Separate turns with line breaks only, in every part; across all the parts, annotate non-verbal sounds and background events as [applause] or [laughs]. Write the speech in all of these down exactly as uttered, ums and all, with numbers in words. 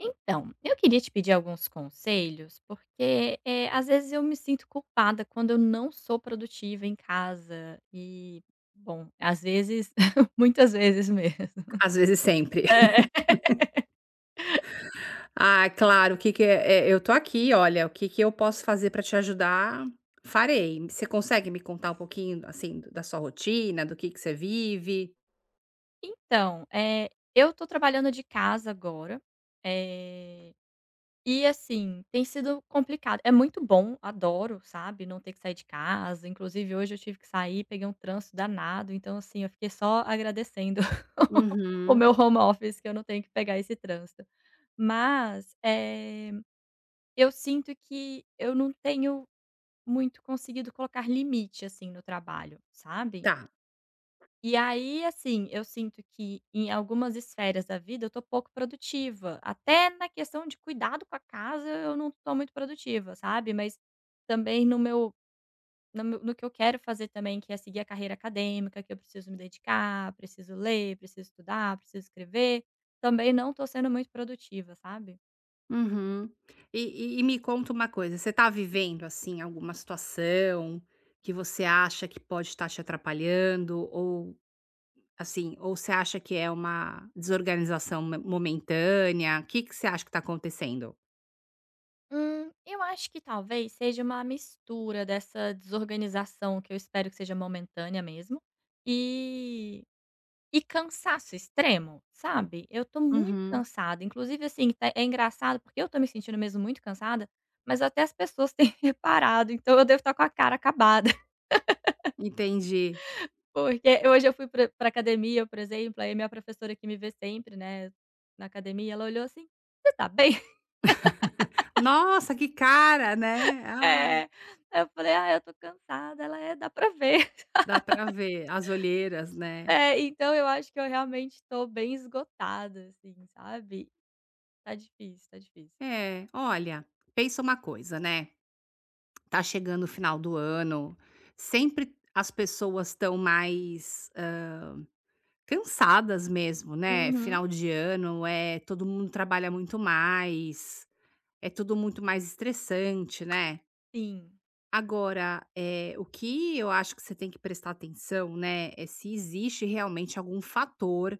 Então, eu queria te pedir alguns conselhos, porque, eh, às vezes eu me sinto culpada quando eu não sou produtiva em casa e, bom, às vezes, [laughs] muitas vezes mesmo.
Às vezes sempre. [laughs]
É.
Ah, claro, o que que é é, eu tô aqui, olha, o que que eu posso fazer pra te ajudar, farei. Você consegue me contar um pouquinho, assim, do- da sua rotina, do que que você vive?
Então, eh, eu tô trabalhando de casa agora, eh e assim, tem sido complicado. É muito bom, adoro, sabe, não ter que sair de casa. Inclusive hoje eu tive que sair, peguei um trânsito danado, então assim, eu fiquei só agradecendo [laughs] o meu
Uhum.
home office que eu não tenho que pegar esse trânsito. Mas, eh, eu sinto que eu não tenho muito conseguido colocar limite, assim, no trabalho, sabe?
Tá.
E aí, assim, eu sinto que em algumas esferas da vida eu tô pouco produtiva. Até na questão de cuidado com a casa, eu não tô muito produtiva, sabe? Mas também no meu no, meu- no que eu quero fazer também, que é seguir a carreira acadêmica, que eu preciso me dedicar, preciso ler, preciso estudar, preciso escrever, também não tô sendo muito produtiva, sabe?
Uhum. E e e me conta uma coisa, você tá vivendo, assim, alguma situação que você acha que pode estar te atrapalhando ou, assim, ou você acha que é uma desorganização me momentânea? O que que você acha que tá acontecendo?
Hum, eu acho que talvez seja uma mistura dessa desorganização que eu espero que seja momentânea mesmo. E E cansaço extremo, sabe. Eu tô muito
Uhum.
cansada, inclusive, assim, tá é engraçado, porque eu tô me sentindo mesmo muito cansada, mas até as pessoas têm [laughs] reparado, então eu devo estar com a cara acabada, [laughs]
Entendi.
porque hoje eu fui pra pra academia, por exemplo, aí minha professora que me vê sempre, né, na academia, ela olhou assim: "Você tá bem?" [laughs]
Nossa, que cara, né. Ah,
"É". Aí eu falei: "Ah, eu tô cansada". Ela: "É, dá pra ver". [laughs]
dá pra ver as olheiras, né.
É, então eu acho que eu realmente tô bem esgotada, assim, sabe. Tá difícil, tá difícil.
É, olha, pensa uma coisa, né, tá chegando o final do ano, sempre as pessoas estão mais, hã, cansadas mesmo, né.
Uhum.
Final de ano, é todo mundo trabalha muito mais, é tudo muito mais estressante, né.
Sim.
Agora, eh, o que eu acho que você tem que prestar atenção, né, é se existe realmente algum fator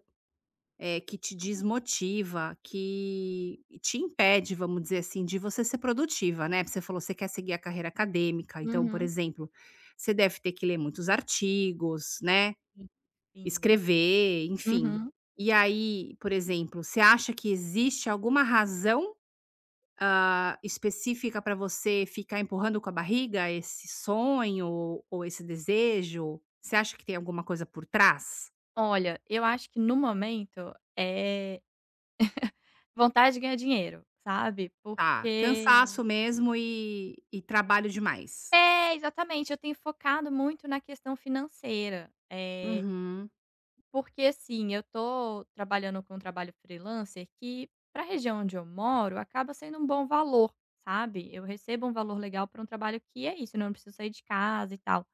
Eh, que te desmotiva, que te impede, vamos dizer assim, de você ser produtiva, né, você falou, você quer seguir a carreira acadêmica, então, por
Uhum.
exemplo, você deve ter que ler muitos artigos, né,
Sim, sim.
escrever, enfim.
Uhum.
E aí, por exemplo, você acha que existe alguma razão, ah, específica para você ficar empurrando com a barriga esse sonho ou ou esse desejo? Você acha que tem alguma coisa por trás?
Olha, eu acho que no momento é vontade de ganhar dinheiro, sabe,
Tá,
porque
cansaço mesmo e e trabalho demais.
é, exatamente, eu tenho focado muito na questão financeira, eh,
Uhum.
porque, assim, eu tô trabalhando com um trabalho freelancer que, para a região onde eu moro, acaba sendo um bom valor, sabe, eu recebo um valor legal para um trabalho que é isso, né? Eu não preciso sair de casa e tal.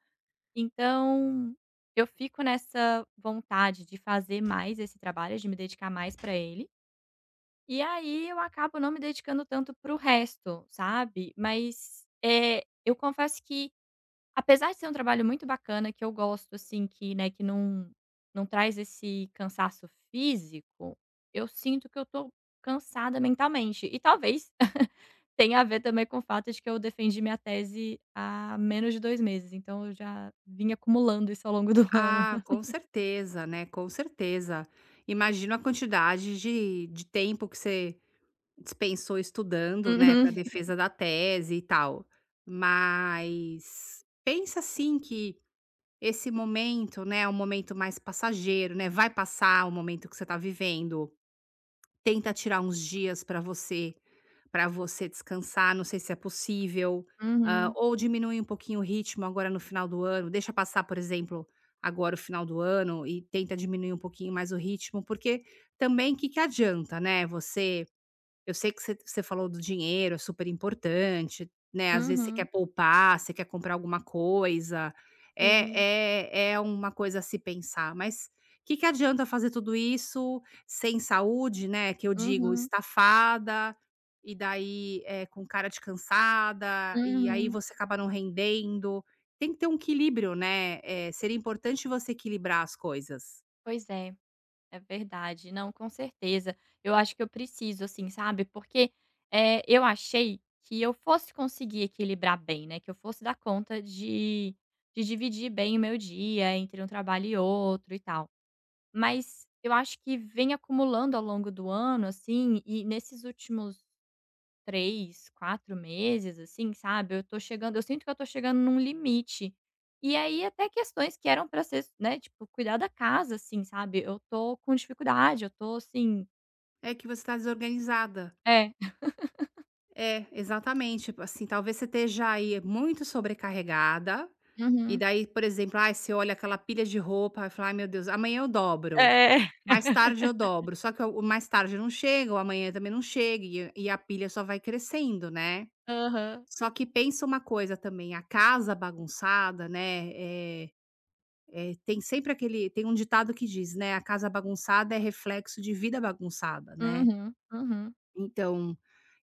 Então, eu fico nessa vontade de fazer mais esse trabalho, de me dedicar mais para ele, e aí eu acabo não me dedicando tanto para o resto, sabe. Mas, é eu confesso que, apesar de ser um trabalho muito bacana, que eu gosto, assim, que, né, que não não traz esse cansaço físico, eu sinto que eu tô cansada mentalmente e talvez [laughs] tem a ver também com o fato de que eu defendi minha tese há menos de dois meses, então eu já vim acumulando isso ao longo do [laughs] ano.
Ah, com certeza, né, com certeza. Imagino a quantidade de de tempo que você dispensou estudando, né, para
Uhum,
defesa da tese e tal. Mas pensa assim que esse momento, né, é um momento mais passageiro, né, vai passar o momento que você tá vivendo. Tenta tirar uns dias para você. Para você descansar, não sei se é possível, hã,
uhum,
ou diminuir um pouquinho o ritmo agora no final do ano, deixa passar, por exemplo, agora o final do ano e tenta diminuir um pouquinho mais o ritmo, porque também que que adianta, né, você eu sei que você você falou do dinheiro, é super importante, né, às vezes você quer
uhum.
poupar, você quer comprar alguma coisa,
Sim.
é é é uma coisa a se pensar, mas o que que adianta fazer tudo isso sem saúde, né, que eu digo,
Uhum,
estafada, e daí, eh, com cara de cansada, e aí
uhum.
você acaba não rendendo. Tem que ter um equilíbrio, né, eh, seria importante você equilibrar as coisas.
Pois é, é verdade. Não, com certeza. Eu acho que eu preciso, assim, sabe, porque, eh, eu achei que eu fosse conseguir equilibrar bem, né, que eu fosse dar conta de de dividir bem o meu dia entre um trabalho e outro e tal. Mas eu acho que vem acumulando ao longo do ano, assim, e nesses últimos três quatro meses, assim, sabe, eu tô chegando eu sinto que eu tô chegando num limite. E aí até questões que eram pra ser, né, tipo, cuidar da casa, assim, sabe, eu tô com dificuldade, eu tô assim
É que você está desorganizada.
É.
É, exatamente. Tipo assim, talvez você esteja aí muito sobrecarregada, e
Uhum.
daí, por exemplo, ai, você olha aquela pilha de roupa e fala: "Ai, meu Deus, amanhã eu dobro,
É.
mais tarde eu dobro". Só que o mais tarde não chega, o amanhã também não chega, e e a pilha só vai crescendo, né.
Aham.
Só que pensa uma coisa também, a casa bagunçada, né, eh eh, tem sempre aquele tem um ditado que diz, né: "A casa bagunçada é reflexo de vida bagunçada", né.
Uhum, uhum.
Então,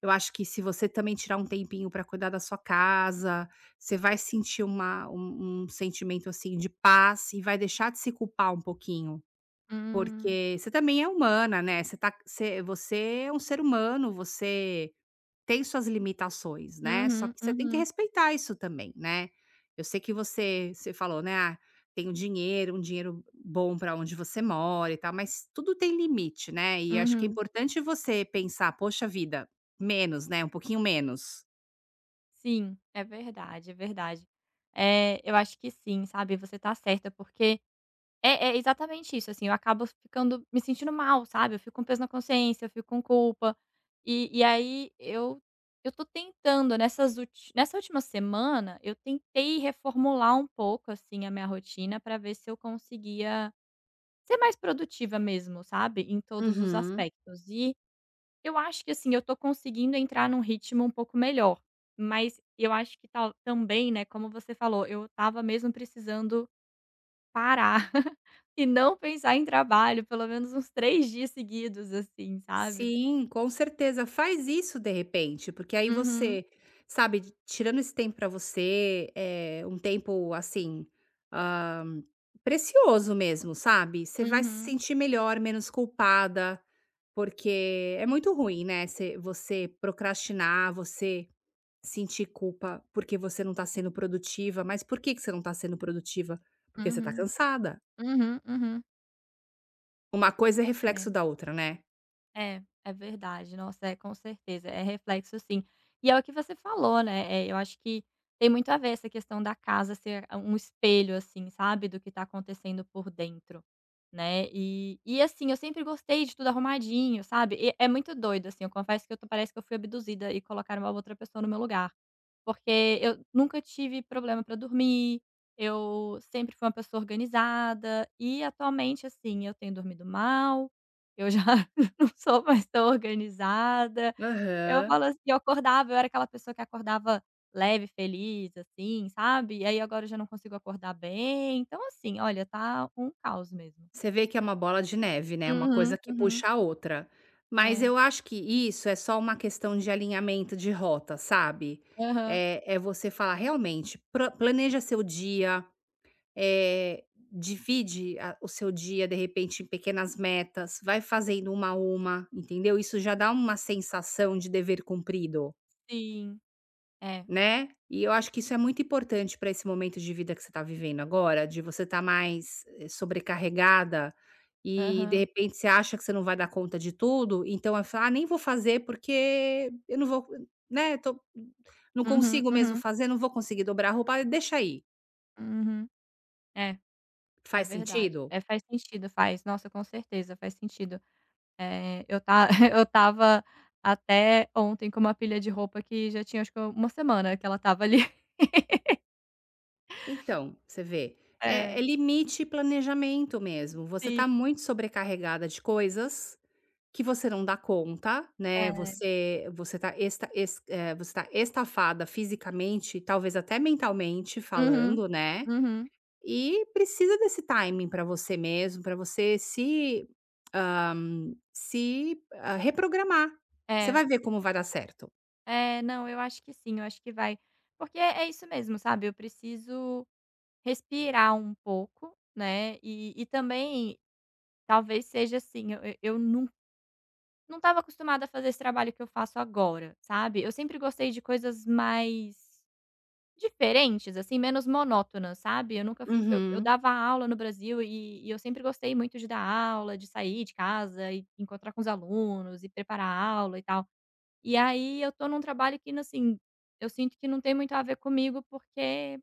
eu acho que se você também tirar um tempinho para cuidar da sua casa, você vai sentir uma um um sentimento, assim, de paz e vai deixar de se culpar um pouquinho,
Hum.
porque você também é humana, né, você tá você você é um ser humano, você tem suas limitações, né, só
Uhum,
que você tem que
uhum,
respeitar isso também, né. Eu sei que você você falou, né: "Ah, tem o dinheiro, um dinheiro bom para onde você mora e tal", mas tudo tem limite, né, e acho que é
uhum.
importante você pensar: "Poxa vida, menos, né, um pouquinho menos".
Sim, é verdade, é verdade. É eu acho que sim, sabe, você tá certa, porque é é exatamente isso, assim, eu acabo ficando me sentindo mal, sabe, eu fico com peso na consciência, eu fico com culpa, e e aí eu eu tô tentando nessas ulti nessa última semana, eu tentei reformular um pouco, assim, a minha rotina pra ver se eu conseguia ser mais produtiva mesmo, sabe, em todos os
Uhum.
aspectos. E eu acho que, assim, eu tô conseguindo entrar num ritmo um pouco melhor, mas eu acho que tal também, né, como você falou, eu tava mesmo precisando parar [laughs] e não pensar em trabalho pelo menos uns três dias seguidos, assim, sabe.
Sim, com certeza. Faz isso de repente, porque aí
Uhum,
você, sabe, tirando esse tempo para você, é um tempo assim, ah, precioso mesmo, sabe? Você vai se
uhum,
sentir melhor, menos culpada, porque é muito ruim, né? Você você procrastinar, você sentir culpa porque você não tá sendo produtiva. Mas por que que você não tá sendo produtiva? Porque você tá
uhum,
cansada.
uhum, uhum.
Uma coisa é reflexo da outra, né?
É, é, é verdade. Nossa, é, com certeza, é reflexo sim. E é o que você falou, né, eh, eu acho que tem muito a ver essa questão da casa ser um espelho, assim, sabe, do que tá acontecendo por dentro, né. E e assim, eu sempre gostei de tudo arrumadinho, sabe. E é muito doido, assim, eu confesso que eu tô parece que eu fui abduzida e colocaram uma outra pessoa no meu lugar. Porque eu nunca tive problema pra dormir, eu sempre fui uma pessoa organizada e atualmente, assim, eu tenho dormido mal, eu já [laughs] não sou mais tão organizada. Eu
Aham.
falo assim, eu acordava, eu era aquela pessoa que acordava leve, feliz, assim, sabe. E aí agora eu já não consigo acordar bem. Então assim, olha, tá um caos mesmo.
Você vê que é uma bola de neve, né, uma coisa
Uhum,
que
uhum.
puxa a outra. Mas
É.
eu acho que isso é só uma questão de alinhamento de rota, sabe.
Aham.
É é você falar realmente, pro planeja seu dia, eh, divide a o seu dia, de repente, em pequenas metas, vai fazendo uma a uma, entendeu. Isso já dá uma sensação de dever cumprido.
Sim. É.
Né, e eu acho que isso é muito importante para esse momento de vida que você está vivendo agora, de você estar mais, eh, sobrecarregada e de
Aham.
repente você acha que você não vai dar conta de tudo, então, aí fala: "Ah, nem vou fazer porque eu não vou, né, tô não
Uhum,
consigo mesmo
uhum,
fazer, não vou conseguir dobrar a roupa, ah, deixa aí".
uhum. É. É
Faz
verdade.
sentido?
É, faz sentido, faz. Nossa, com certeza, faz sentido. Eh, eu ta [laughs] eu estava até ontem com uma pilha de roupa que já tinha acho que uma semana que ela tava ali. [laughs]
Então, você vê, é é
É,
limite e planejamento mesmo. Você
sim,
está muito sobrecarregada de coisas que você não dá conta, né,
é.
você você está esta es eh, você tá estafada fisicamente, talvez até mentalmente
Uhum,
falando, né,
uhum.
e precisa desse timing para você mesmo, para você se, hã, se, hã, reprogramar. Você
É,
vai ver como vai dar certo.
é, não, eu acho que sim, eu acho que vai. Porque é isso mesmo, sabe, eu preciso respirar um pouco, né, e e também talvez seja assim, eu eu eu nun não estava acostumada a fazer esse trabalho que eu faço agora, sabe. Eu sempre gostei de coisas mais diferentes, assim, menos monótonas, sabe. Eu nunca f eu eu
Uhum.
dava aula no Brasil e e eu sempre gostei muito de dar aula, de sair de casa e encontrar com os alunos e preparar a aula e tal. E aí eu estou num trabalho que não assim, eu sinto que não tem muito a ver comigo, porque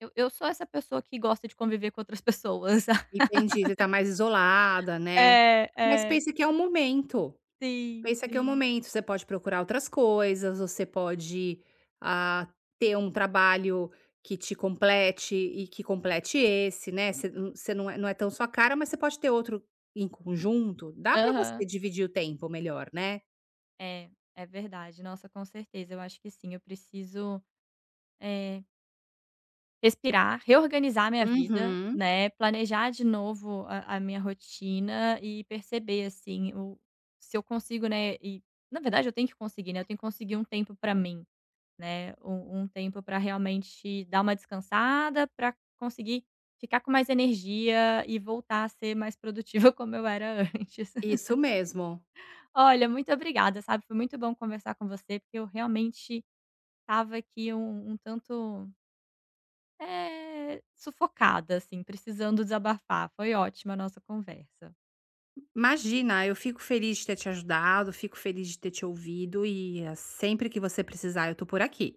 eu eu sou essa pessoa que gosta de conviver com outras pessoas, [laughs]
Entendi, você tá mais isolada, né.
É,
Mas
é.
pensa que é o momento,
Sim,
pensa que é o
sim.
momento, você pode procurar outras coisas, você pode, ah, ter um trabalho que te complete e que complete esse, né, você não você não é não é tão sua cara, mas você pode ter outro em conjunto, dá pra você
Aham.
dividir o tempo melhor, né.
É, é verdade. Nossa, com certeza. Eu acho que sim. Eu preciso, eh, respirar, reorganizar minha vida,
Uhum,
né, planejar de novo a a minha rotina e perceber, assim, o se eu consigo, né, e na verdade eu tenho que conseguir, né, eu tenho que conseguir um tempo pra mim, né, um um tempo pra realmente dar uma descansada, pra conseguir ficar com mais energia e voltar a ser mais produtiva [laughs] como eu era antes. [laughs]
isso mesmo.
Olha, muito obrigada, sabe, foi muito bom conversar com você, porque eu realmente estava aqui um um tanto, eh, sufocada, assim, precisando desabafar. Foi ótima a nossa conversa.
Imagina, eu fico feliz de ter te ajudado, fico feliz de ter te ouvido e, ah, sempre que você precisar eu tô por aqui.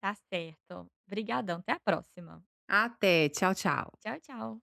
Tá certo. Obrigadão, até a próxima.
Até, tchau, tchau.
Tchau, tchau.